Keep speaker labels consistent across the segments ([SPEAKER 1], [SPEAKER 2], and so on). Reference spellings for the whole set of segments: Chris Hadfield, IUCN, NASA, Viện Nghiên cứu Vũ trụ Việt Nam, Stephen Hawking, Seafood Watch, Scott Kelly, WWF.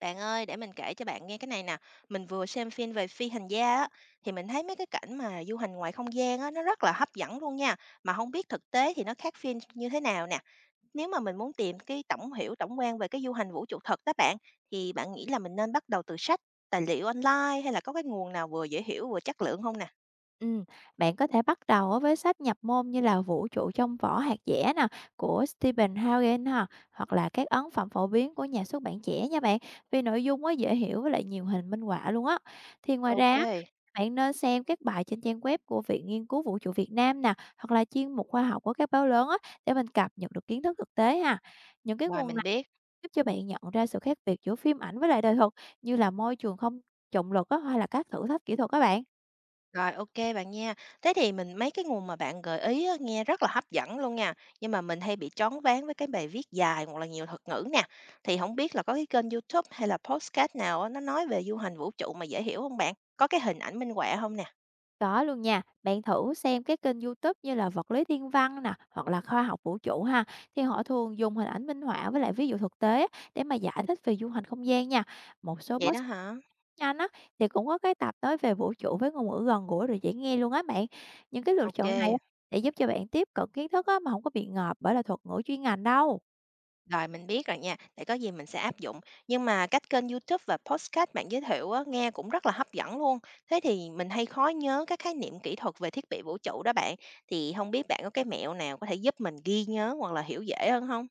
[SPEAKER 1] Bạn ơi, để mình kể cho bạn nghe cái này nè. Mình vừa xem phim về phi hành gia á, thì mình thấy mấy cái cảnh mà du hành ngoài không gian á, nó rất là hấp dẫn luôn nha. Mà không biết thực tế thì nó khác phim như thế nào nè. Nếu mà mình muốn tìm cái tổng quan về cái du hành vũ trụ thật đó bạn, thì bạn nghĩ là mình nên bắt đầu từ sách, tài liệu online hay là có cái nguồn nào vừa dễ hiểu vừa chất lượng không nè?
[SPEAKER 2] Ừm, Bạn có thể bắt đầu á với sách nhập môn như là Vũ trụ trong vỏ hạt dẻ nè của Stephen Hawking ha, hoặc là các ấn phẩm phổ biến của nhà xuất bản trẻ nha bạn, vì nội dung quá dễ hiểu với lại nhiều hình minh họa luôn á. Thì ngoài ra
[SPEAKER 1] Ok,
[SPEAKER 2] á, bạn nên xem các bài trên trang web của Viện Nghiên cứu Vũ trụ Việt Nam nè, hoặc là chuyên mục khoa học của các báo lớn á, để mình cập nhật được kiến thức thực tế ha. Những cái
[SPEAKER 1] ngoài
[SPEAKER 2] nguồn
[SPEAKER 1] mình
[SPEAKER 2] này
[SPEAKER 1] biết.
[SPEAKER 2] giúp cho bạn nhận ra sự khác biệt giữa phim ảnh với lại đời thực, như là môi trường không trọng lực á, hay là các thử thách kỹ thuật các bạn.
[SPEAKER 1] Rồi, ok bạn nha. Thế thì mình mấy cái nguồn mà bạn gợi ý á, nghe rất là hấp dẫn luôn nha, nhưng mà mình hay bị choáng váng với cái bài viết dài hoặc là nhiều thuật ngữ nè. Thì không biết là có cái kênh YouTube hay là podcast nào á, nó nói về du hành vũ trụ mà dễ hiểu không bạn? Có cái hình ảnh minh họa không nè?
[SPEAKER 2] Có luôn nha, bạn thử xem cái kênh YouTube như là vật lý thiên văn nè, hoặc là khoa học vũ trụ ha, thì họ thường dùng hình ảnh minh họa với lại ví dụ thực tế để mà giải thích về du hành không gian nha. Một số
[SPEAKER 1] Vậy đó
[SPEAKER 2] podcast
[SPEAKER 1] hả?
[SPEAKER 2] nhanh á thì cũng có cái tập nói về vũ trụ với ngôn ngữ gần gũi rồi dễ nghe luôn á bạn. Những cái lựa chọn này á,
[SPEAKER 1] Ok.
[SPEAKER 2] để giúp cho bạn tiếp cận kiến thức á, mà không có bị ngợp bởi là thuật ngữ chuyên ngành đâu.
[SPEAKER 1] Rồi, mình biết rồi nha, để có gì mình sẽ áp dụng. Nhưng mà các kênh YouTube và podcast bạn giới thiệu á, nghe cũng rất là hấp dẫn luôn. Thế thì mình hay khó nhớ các khái niệm kỹ thuật về thiết bị vũ trụ đó bạn. Thì không biết bạn có cái mẹo nào có thể giúp mình ghi nhớ hoặc là hiểu dễ hơn không?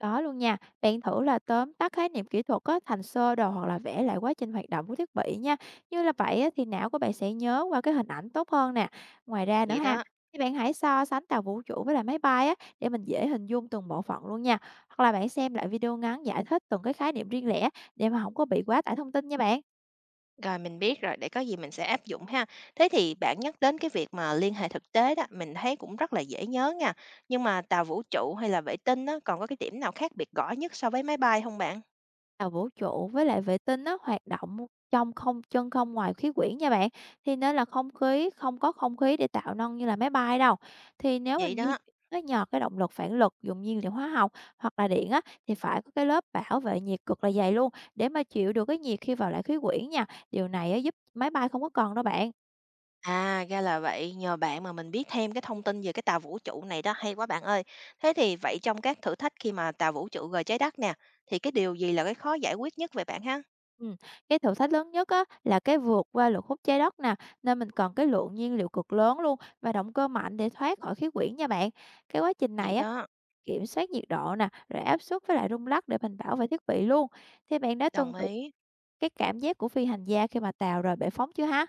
[SPEAKER 2] Đó luôn nha, bạn thử là tóm tắt khái niệm kỹ thuật á, thành sơ đồ hoặc là vẽ lại quá trình hoạt động của thiết bị nha. Như là vậy á, thì não của bạn sẽ nhớ qua cái hình ảnh tốt hơn nè. Ngoài ra nữa
[SPEAKER 1] Vậy
[SPEAKER 2] ha,
[SPEAKER 1] đó.
[SPEAKER 2] thì bạn hãy so sánh tàu vũ trụ với lại máy bay á, để mình dễ hình dung từng bộ phận luôn nha. Hoặc là bạn xem lại video ngắn giải thích từng cái khái niệm riêng lẻ, để mà không có bị quá tải thông tin nha bạn.
[SPEAKER 1] Rồi mình biết rồi, để có gì mình sẽ áp dụng ha. Thế thì bạn nhắc đến cái việc mà liên hệ thực tế đó, mình thấy cũng rất là dễ nhớ nha. Nhưng mà tàu vũ trụ hay là vệ tinh đó, còn có cái điểm nào khác biệt rõ nhất so với máy bay không bạn?
[SPEAKER 2] Tàu vũ trụ với lại vệ tinh nó hoạt động trong không chân không ngoài khí quyển nha bạn. Thì nên là không khí, không có không khí để tạo năng như là máy bay đâu. Thì nếu
[SPEAKER 1] Vậy
[SPEAKER 2] mình di
[SPEAKER 1] đó.
[SPEAKER 2] chuyển á, nhờ cái động lực phản lực dùng nhiên liệu hóa học hoặc là điện á, thì phải có cái lớp bảo vệ nhiệt cực là dày luôn để mà chịu được cái nhiệt khi vào lại khí quyển nha. Điều này á, giúp máy bay không có còn đâu bạn.
[SPEAKER 1] À, ra là vậy, nhờ bạn mà mình biết thêm cái thông tin về cái tàu vũ trụ này đó, hay quá bạn ơi. Thế thì vậy trong các thử thách khi mà tàu vũ trụ rời trái đất nè, thì cái điều gì là cái khó giải quyết nhất về bạn ha?
[SPEAKER 2] Ừm, cái thử thách lớn nhất á là cái vượt qua lực hút trái đất nè, nên mình cần cái lượng nhiên liệu cực lớn luôn và động cơ mạnh để thoát khỏi khí quyển nha bạn. Cái quá trình
[SPEAKER 1] Vậy
[SPEAKER 2] này á,
[SPEAKER 1] đó,
[SPEAKER 2] kiểm soát nhiệt độ nè, rồi áp suất với lại rung lắc để mình bảo vệ thiết bị luôn. Thế bạn đã
[SPEAKER 1] đồng
[SPEAKER 2] từng thử
[SPEAKER 1] ý.
[SPEAKER 2] cái cảm giác của phi hành gia khi mà tàu rời bệ phóng chưa ha?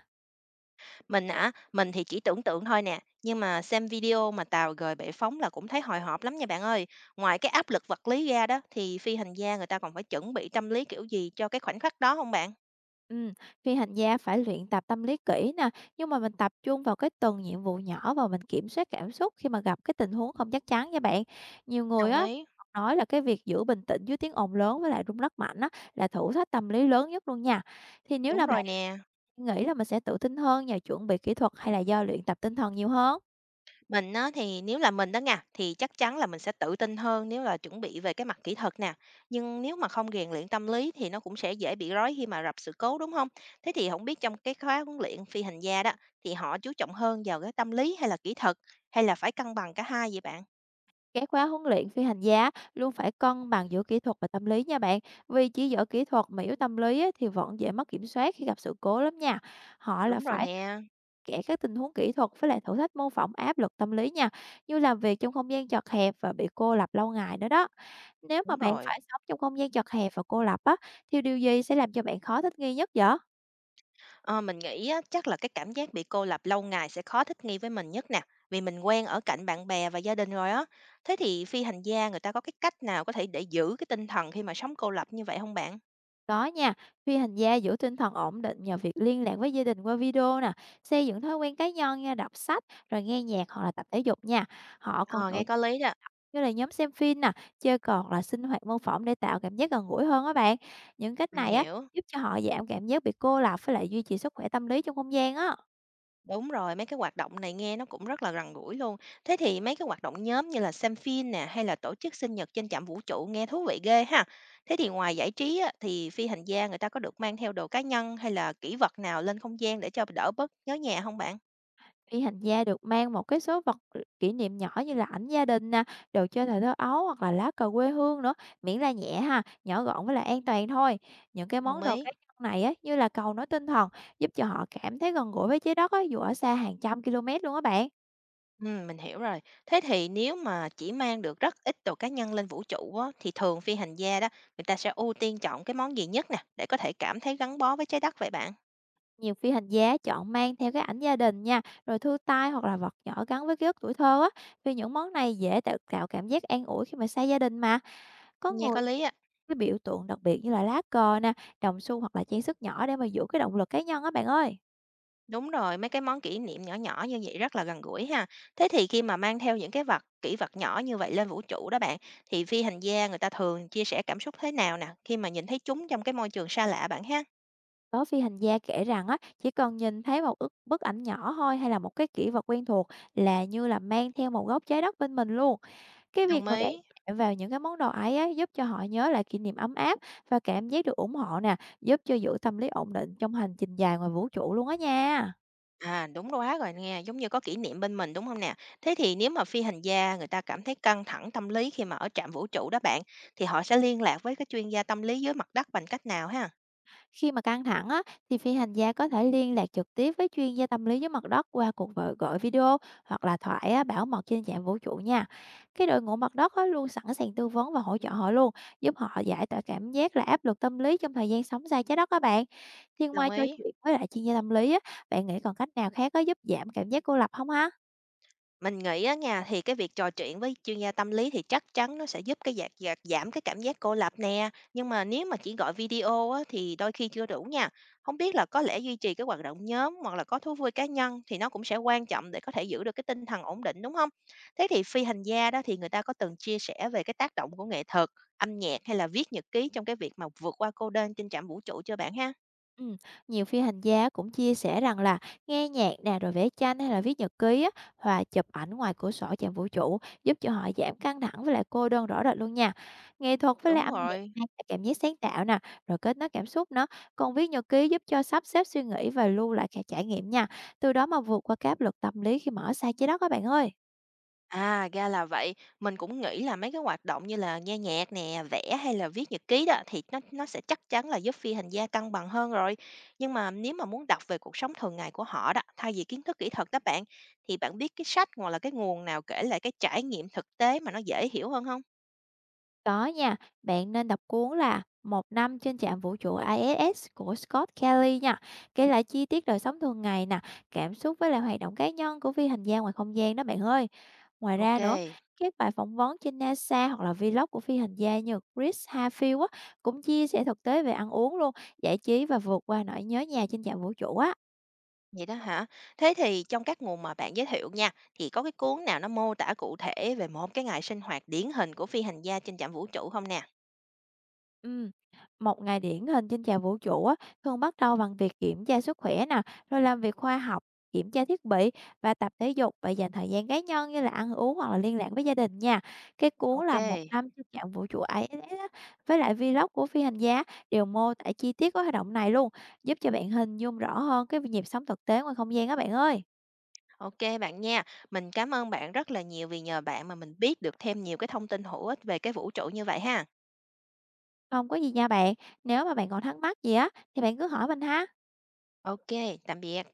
[SPEAKER 1] Mình hả? Mình thì chỉ tưởng tượng thôi nè, nhưng mà xem video mà tàu rời bệ phóng là cũng thấy hồi hộp lắm nha bạn ơi. Ngoài cái áp lực vật lý ra đó, thì phi hành gia người ta còn phải chuẩn bị tâm lý kiểu gì cho cái khoảnh khắc đó không bạn?
[SPEAKER 2] Ừm, Phi hành gia phải luyện tập tâm lý kỹ nè, nhưng mà mình tập trung vào cái từng nhiệm vụ nhỏ và mình kiểm soát cảm xúc khi mà gặp cái tình huống không chắc chắn nha bạn. Nhiều người
[SPEAKER 1] Đồng
[SPEAKER 2] á
[SPEAKER 1] ý.
[SPEAKER 2] nói là cái việc giữ bình tĩnh dưới tiếng ồn lớn với lại rung lắc mạnh á là thử thách tâm lý lớn nhất luôn nha. Thì nếu
[SPEAKER 1] Đúng
[SPEAKER 2] là
[SPEAKER 1] rồi
[SPEAKER 2] bạn
[SPEAKER 1] nè.
[SPEAKER 2] nghĩ là mình sẽ tự tin hơn nhờ chuẩn bị kỹ thuật hay là do luyện tập tinh thần nhiều hơn?
[SPEAKER 1] Mình á thì nếu là mình đó nha, thì chắc chắn là mình sẽ tự tin hơn nếu là chuẩn bị về cái mặt kỹ thuật nè. Nhưng nếu mà không rèn luyện tâm lý thì nó cũng sẽ dễ bị rối khi mà gặp sự cố đúng không? Thế thì không biết trong cái khóa huấn luyện phi hành gia đó thì họ chú trọng hơn vào cái tâm lý hay là kỹ thuật hay là phải cân bằng cả hai vậy bạn?
[SPEAKER 2] Cái khóa huấn luyện phi hành gia luôn phải cân bằng giữa kỹ thuật và tâm lý nha bạn. Vì chỉ giỏi kỹ thuật mà yếu tâm lý á, thì vẫn dễ mất kiểm soát khi gặp sự cố lắm nha. Họ là
[SPEAKER 1] Đúng rồi
[SPEAKER 2] phải
[SPEAKER 1] nè,
[SPEAKER 2] kẽ các tình huống kỹ thuật với lại thử thách mô phỏng áp lực tâm lý nha, như làm việc trong không gian chật hẹp và bị cô lập lâu ngày nữa đó. Nếu mà
[SPEAKER 1] đúng
[SPEAKER 2] bạn
[SPEAKER 1] rồi.
[SPEAKER 2] phải sống trong không gian chật hẹp và cô lập á, thì điều gì sẽ làm cho bạn khó thích nghi nhất vậy?
[SPEAKER 1] Ờ, mình nghĩ á, chắc là cái cảm giác bị cô lập lâu ngày sẽ khó thích nghi với mình nhất nè, vì mình quen ở cạnh bạn bè và gia đình rồi á. Thế thì phi hành gia người ta có cái cách nào có thể để giữ cái tinh thần khi mà sống cô lập như vậy không bạn?
[SPEAKER 2] Có nha, phi hành gia giữ tinh thần ổn định nhờ việc liên lạc với gia đình qua video nè, xây dựng thói quen cá nhân nha, đọc sách, rồi nghe nhạc hoặc là tập thể dục nha. Họ còn
[SPEAKER 1] Ờ,
[SPEAKER 2] tổ.
[SPEAKER 1] nghe có lý đó,
[SPEAKER 2] Như là nhóm xem phim nè, chơi cờ hoặc là sinh hoạt mô phỏng để tạo cảm giác gần gũi hơn á bạn. Những cách
[SPEAKER 1] mình
[SPEAKER 2] này á,
[SPEAKER 1] hiểu.
[SPEAKER 2] giúp cho họ giảm cảm giác bị cô lập với lại duy trì sức khỏe tâm lý trong không gian á.
[SPEAKER 1] Đúng rồi, mấy cái hoạt động này nghe nó cũng rất là gần gũi luôn. Thế thì mấy cái hoạt động nhóm như là xem phim nè hay là tổ chức sinh nhật trên trạm vũ trụ nghe thú vị ghê ha. Thế thì ngoài giải trí á, thì phi hành gia người ta có được mang theo đồ cá nhân hay là kỷ vật nào lên không gian để cho đỡ bớt nhớ nhà không bạn?
[SPEAKER 2] Phi hành gia được mang một cái số vật kỷ niệm nhỏ như là ảnh gia đình nè, đồ chơi thời thơ ấu hoặc là lá cờ quê hương nữa, miễn là nhẹ ha, nhỏ gọn với lại an toàn thôi. Những cái
[SPEAKER 1] Đồng
[SPEAKER 2] món đồ
[SPEAKER 1] ý.
[SPEAKER 2] cá nhân này á, như là cầu nối tinh thần, giúp cho họ cảm thấy gần gũi với trái đất á, dù ở xa hàng trăm km luôn á bạn.
[SPEAKER 1] Mình hiểu rồi. Thế thì nếu mà chỉ mang được rất ít đồ cá nhân lên vũ trụ á, thì thường phi hành gia đó, người ta sẽ ưu tiên chọn cái món gì nhất nè, để có thể cảm thấy gắn bó với trái đất vậy bạn?
[SPEAKER 2] Nhiều phi hành gia chọn mang theo cái ảnh gia đình nha, rồi thư tay hoặc là vật nhỏ gắn với ký ức tuổi thơ á, vì những món này dễ tạo cảm giác an ủi khi mà xa gia đình mà. Có
[SPEAKER 1] Nghe
[SPEAKER 2] người
[SPEAKER 1] có lý á.
[SPEAKER 2] cái biểu tượng đặc biệt như là lá cờ nè, đồng xu hoặc là trang sức nhỏ để mà giữ cái động lực cá nhân á bạn ơi.
[SPEAKER 1] Đúng rồi, mấy cái món kỷ niệm nhỏ nhỏ như vậy rất là gần gũi ha. Thế thì khi mà mang theo những cái vật, kỷ vật nhỏ như vậy lên vũ trụ đó bạn, thì phi hành gia người ta thường chia sẻ cảm xúc thế nào nè, khi mà nhìn thấy chúng trong cái môi trường xa lạ bạn ha?
[SPEAKER 2] Có phi hành gia kể rằng á, chỉ cần nhìn thấy một bức ảnh nhỏ thôi hay là một cái kỷ vật quen thuộc là như là mang theo một góc trái đất bên mình luôn. Cái
[SPEAKER 1] Đồng
[SPEAKER 2] việc mà bạn
[SPEAKER 1] ý.
[SPEAKER 2] chạm vào những cái món đồ ấy á, giúp cho họ nhớ lại kỷ niệm ấm áp và cảm giác được ủng hộ nè, giúp cho giữ tâm lý ổn định trong hành trình dài ngoài vũ trụ luôn á nha.
[SPEAKER 1] À, đúng quá rồi nghe, giống như có kỷ niệm bên mình, đúng không nè? Thế thì nếu mà phi hành gia người ta cảm thấy căng thẳng tâm lý khi mà ở trạm vũ trụ đó bạn, thì họ sẽ liên lạc với cái chuyên gia tâm lý dưới mặt đất bằng cách nào ha?
[SPEAKER 2] Khi mà căng thẳng á, thì phi hành gia có thể liên lạc trực tiếp với chuyên gia tâm lý dưới mặt đất qua cuộc gọi video hoặc là thoại á, bảo mật trên trạm vũ trụ nha. Cái đội ngũ mặt đất á, luôn sẵn sàng tư vấn và hỗ trợ họ luôn, giúp họ giải tỏa cảm giác là áp lực tâm lý trong thời gian sống xa trái đất các bạn. Thì
[SPEAKER 1] Đồng
[SPEAKER 2] ngoài trò
[SPEAKER 1] ý.
[SPEAKER 2] chuyện với lại chuyên gia tâm lý á, bạn nghĩ còn cách nào khác có giúp giảm cảm giác cô lập không ha?
[SPEAKER 1] Mình nghĩ á nha, thì cái việc trò chuyện với chuyên gia tâm lý thì chắc chắn nó sẽ giúp cái giảm giảm giảm cái cảm giác cô lập nè, nhưng mà nếu mà chỉ gọi video á thì đôi khi chưa đủ nha. Không biết là có lẽ duy trì cái hoạt động nhóm hoặc là có thú vui cá nhân thì nó cũng sẽ quan trọng để có thể giữ được cái tinh thần ổn định, đúng không? Thế thì phi hành gia đó thì người ta có từng chia sẻ về cái tác động của nghệ thuật, âm nhạc hay là viết nhật ký trong cái việc mà vượt qua cô đơn trên trạm vũ trụ chưa bạn ha?
[SPEAKER 2] Ừm, Nhiều phi hành gia cũng chia sẻ rằng là nghe nhạc nè, rồi vẽ tranh hay là viết nhật ký á, và chụp ảnh ngoài cửa sổ trạm vũ trụ giúp cho họ giảm căng thẳng với lại cô đơn rõ rệt luôn nha. Nghệ thuật với lại
[SPEAKER 1] Đúng
[SPEAKER 2] âm nhạc
[SPEAKER 1] rồi.
[SPEAKER 2] mang lại cảm giác sáng tạo nè, rồi kết nối cảm xúc nữa. Còn viết nhật ký giúp cho sắp xếp suy nghĩ và lưu lại các trải nghiệm nha. Từ đó mà vượt qua cái áp lực tâm lý khi mà ở xa trái đất các bạn ơi.
[SPEAKER 1] À, ra là vậy. Mình cũng nghĩ là mấy cái hoạt động như là nghe nhạc nè, vẽ hay là viết nhật ký đó thì nó sẽ chắc chắn là giúp phi hành gia cân bằng hơn rồi. Nhưng mà nếu mà muốn đọc về cuộc sống thường ngày của họ đó, thay vì kiến thức kỹ thuật đó bạn, thì bạn biết cái sách hoặc là cái nguồn nào kể lại cái trải nghiệm thực tế mà nó dễ hiểu hơn không?
[SPEAKER 2] Có nha, bạn nên đọc cuốn là Một năm trên trạm vũ trụ ISS của Scott Kelly nha. Kể lại chi tiết đời sống thường ngày nè, cảm xúc với lại hoạt động cá nhân của phi hành gia ngoài không gian đó bạn ơi. Ngoài
[SPEAKER 1] Ok,
[SPEAKER 2] ra nữa, các bài phỏng vấn trên NASA hoặc là vlog của phi hành gia như Chris Hadfield á, cũng chia sẻ thực tế về ăn uống luôn, giải trí và vượt qua nỗi nhớ nhà trên trạm vũ trụ á.
[SPEAKER 1] vậy đó hả? Thế thì trong các nguồn mà bạn giới thiệu nha, thì có cái cuốn nào nó mô tả cụ thể về một cái ngày sinh hoạt điển hình của phi hành gia trên trạm vũ trụ không nè?
[SPEAKER 2] Ừm, Một ngày điển hình trên chảo vũ trụ á, thường bắt đầu bằng việc kiểm tra sức khỏe nè, rồi làm việc khoa học, kiểm tra thiết bị và tập thể dục và dành thời gian cá nhân như là ăn uống hoặc là liên lạc với gia đình nha. Cái cuốn
[SPEAKER 1] Ok.
[SPEAKER 2] là Một năm trên chạm vũ trụ ISS á, với lại vlog của phi hành gia đều mô tả chi tiết các hoạt động này luôn, giúp cho bạn hình dung rõ hơn cái nhịp sống thực tế ngoài không gian á bạn ơi.
[SPEAKER 1] OK bạn nha. Mình cảm ơn bạn rất là nhiều vì nhờ bạn mà mình biết được thêm nhiều cái thông tin hữu ích về cái vũ trụ như vậy ha.
[SPEAKER 2] Không có gì nha bạn, nếu mà bạn còn thắc mắc gì á thì bạn cứ hỏi mình ha.
[SPEAKER 1] OK, tạm biệt.